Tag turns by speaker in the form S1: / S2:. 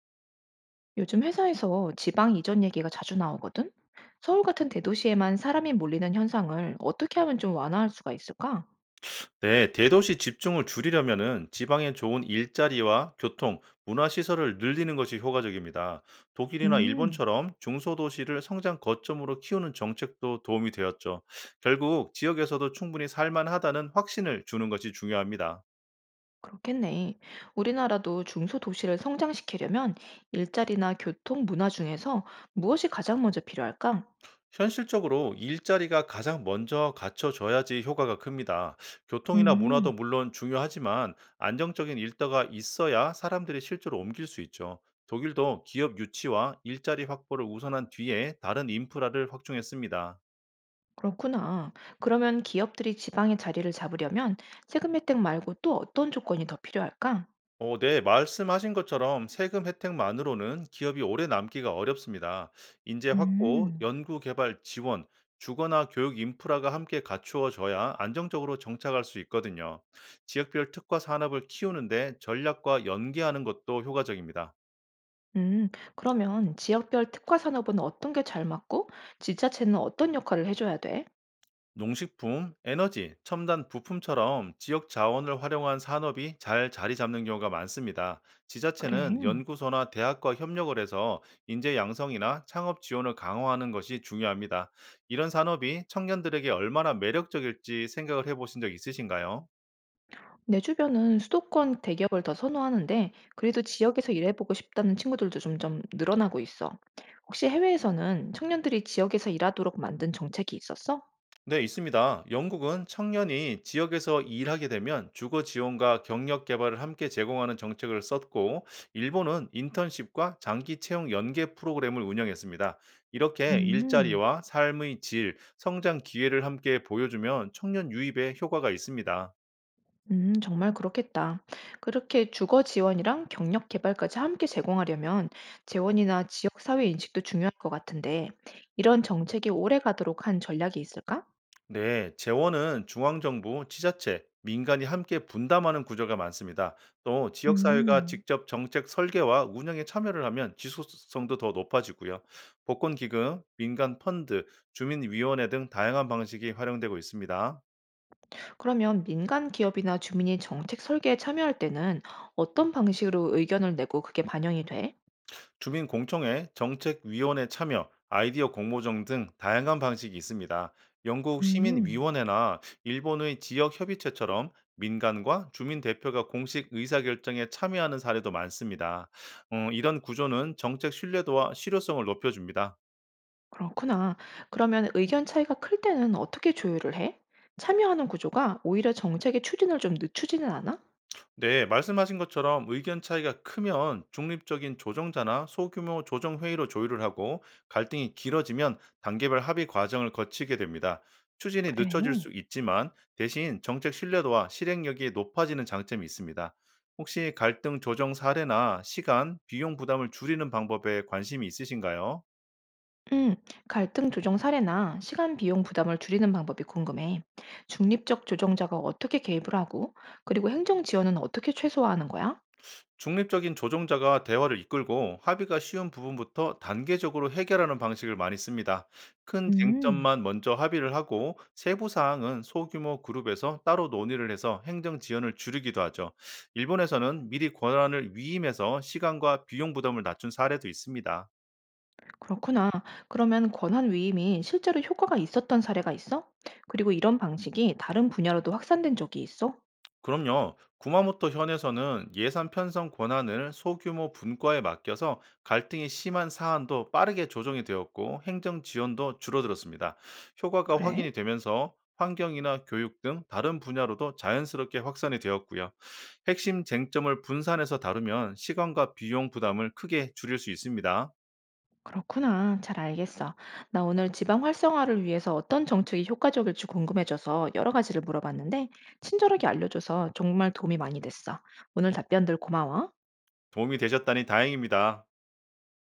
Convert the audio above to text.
S1: 요즘 회사에서 지방 이전 얘기가 자주 나오거든? 서울 같은 대도시에만 사람이 몰리는 현상을 어떻게 하면 좀 완화할 수가 있을까?
S2: 네, 대도시 집중을 줄이려면은 지방에 좋은 일자리와 교통, 문화시설을 늘리는 것이 효과적입니다. 독일이나
S1: 음,
S2: 일본처럼 중소도시를 성장 거점으로 키우는 정책도 도움이 되었죠. 결국 지역에서도 충분히 살만하다는 확신을 주는 것이 중요합니다.
S1: 그렇겠네. 우리나라도 중소도시를 성장시키려면 일자리나 교통, 문화 중에서 무엇이 가장 먼저 필요할까?
S2: 현실적으로 일자리가 가장 먼저 갖춰져야지 효과가 큽니다. 교통이나
S1: 음,
S2: 문화도 물론 중요하지만 안정적인 일터가 있어야 사람들이 실제로 옮길 수 있죠. 독일도 기업 유치와 일자리 확보를 우선한 뒤에 다른 인프라를 확충했습니다.
S1: 그렇구나. 그러면 기업들이 지방에 자리를 잡으려면 세금 혜택 말고 또 어떤 조건이 더 필요할까?
S2: 어, 네, 말씀하신 것처럼 세금 혜택만으로는 기업이 오래 남기가 어렵습니다. 인재 확보,
S1: 음.
S2: 연구 개발 지원, 주거나 교육 인프라가 함께 갖추어져야 안정적으로 정착할 수 있거든요. 지역별 특화 산업을 키우는데 전략과 연계하는 것도 효과적입니다.
S1: 음, 그러면 지역별 특화 산업은 어떤 게 잘 맞고 지자체는 어떤 역할을 해줘야 돼?
S2: 농식품, 에너지, 첨단 부품처럼 지역 자원을 활용한 산업이 잘 자리 잡는 경우가 많습니다.
S1: 그래.
S2: 지자체는 연구소나 대학과 협력을 해서 인재 양성이나 창업 지원을 강화하는 것이 중요합니다. 이런 산업이 청년들에게 얼마나 매력적일지 생각을 해보신 적 있으신가요?
S1: 내 주변은 수도권 대기업을 더 선호하는데 그래도 지역에서 일해보고 싶다는 친구들도 점점 늘어나고 있어. 혹시 해외에서는 청년들이 지역에서 일하도록 만든 정책이 있었어?
S2: 네, 있습니다. 영국은 청년이 지역에서 일하게 되면 주거 지원과 경력 개발을 함께 제공하는 정책을 썼고, 일본은 인턴십과 장기 채용 연계 프로그램을 운영했습니다. 이렇게
S1: 음,
S2: 일자리와 삶의 질, 성장 기회를 함께 보여주면 청년 유입에 효과가 있습니다.
S1: 정말 그렇겠다. 그렇게 주거 지원이랑 경력 개발까지 함께 제공하려면 재원이나 지역 사회 인식도 중요할 것 같은데 이런 정책이 오래 가도록 한 전략이 있을까?
S2: 네, 재원은 중앙정부, 지자체, 민간이 함께 분담하는 구조가 많습니다. 또 지역사회가
S1: 음.
S2: 직접 정책 설계와 운영에 참여를 하면 지속성도 더 높아지고요. 복권기금, 민간 펀드, 주민위원회 등 다양한 방식이 활용되고 있습니다.
S1: 그러면 민간 기업이나 주민이 정책 설계에 참여할 때는 어떤 방식으로 의견을 내고 그게 반영이 돼?
S2: 주민 공청회, 정책위원회 참여, 아이디어 공모전 등 다양한 방식이 있습니다. 영국
S1: 음.
S2: 시민위원회나 일본의 지역협의체처럼 민간과 주민 대표가 공식 의사결정에 참여하는 사례도 많습니다. 이런 구조는 정책 신뢰도와 실효성을 높여줍니다.
S1: 그렇구나. 그러면 의견 차이가 클 때는 어떻게 조율을 해? 참여하는 구조가 오히려 정책의 추진을 좀 늦추지는 않아?
S2: 네, 말씀하신 것처럼 의견 차이가 크면 중립적인 조정자나 소규모 조정 회의로 조율을 하고 갈등이 길어지면 단계별 합의 과정을 거치게 됩니다. 추진이 늦춰질
S1: 그래.
S2: 수 있지만 대신 정책 신뢰도와 실행력이 높아지는 장점이 있습니다. 혹시 갈등 조정 사례나 시간, 비용 부담을 줄이는 방법에 관심이 있으신가요?
S1: 음, 갈등 조정 사례나 시간 비용 부담을 줄이는 방법이 궁금해. 중립적 조정자가 어떻게 개입을 하고, 그리고 행정 지원은 어떻게 최소화하는 거야?
S2: 중립적인 조종자가 대화를 이끌고 합의가 쉬운 부분부터 단계적으로 해결하는 방식을 많이 씁니다. 큰
S1: 음.
S2: 쟁점만 먼저 합의를 하고 세부 사항은 소규모 그룹에서 따로 논의를 해서 행정 지연을 줄이기도 하죠. 일본에서는 미리 권한을 위임해서 시간과 비용 부담을 낮춘 사례도 있습니다.
S1: 그렇구나. 그러면 권한 위임이 실제로 효과가 있었던 사례가 있어? 그리고 이런 방식이 다른 분야로도 확산된 적이 있어?
S2: 그럼요. 구마모토 현에서는 예산 편성 권한을 소규모 분과에 맡겨서 갈등이 심한 사안도 빠르게 조정이 되었고 행정 지원도 줄어들었습니다. 효과가
S1: 그래?
S2: 확인이 되면서 환경이나 교육 등 다른 분야로도 자연스럽게 확산이 되었고요. 핵심 쟁점을 분산해서 다루면 시간과 비용 부담을 크게 줄일 수 있습니다.
S1: 그렇구나. 잘 알겠어. 나 오늘 지방 활성화를 위해서 어떤 정책이 효과적일지 궁금해져서 여러 가지를 물어봤는데, 친절하게 알려줘서 정말 도움이 많이 됐어. 오늘 답변들 고마워.
S2: 도움이 되셨다니 다행입니다.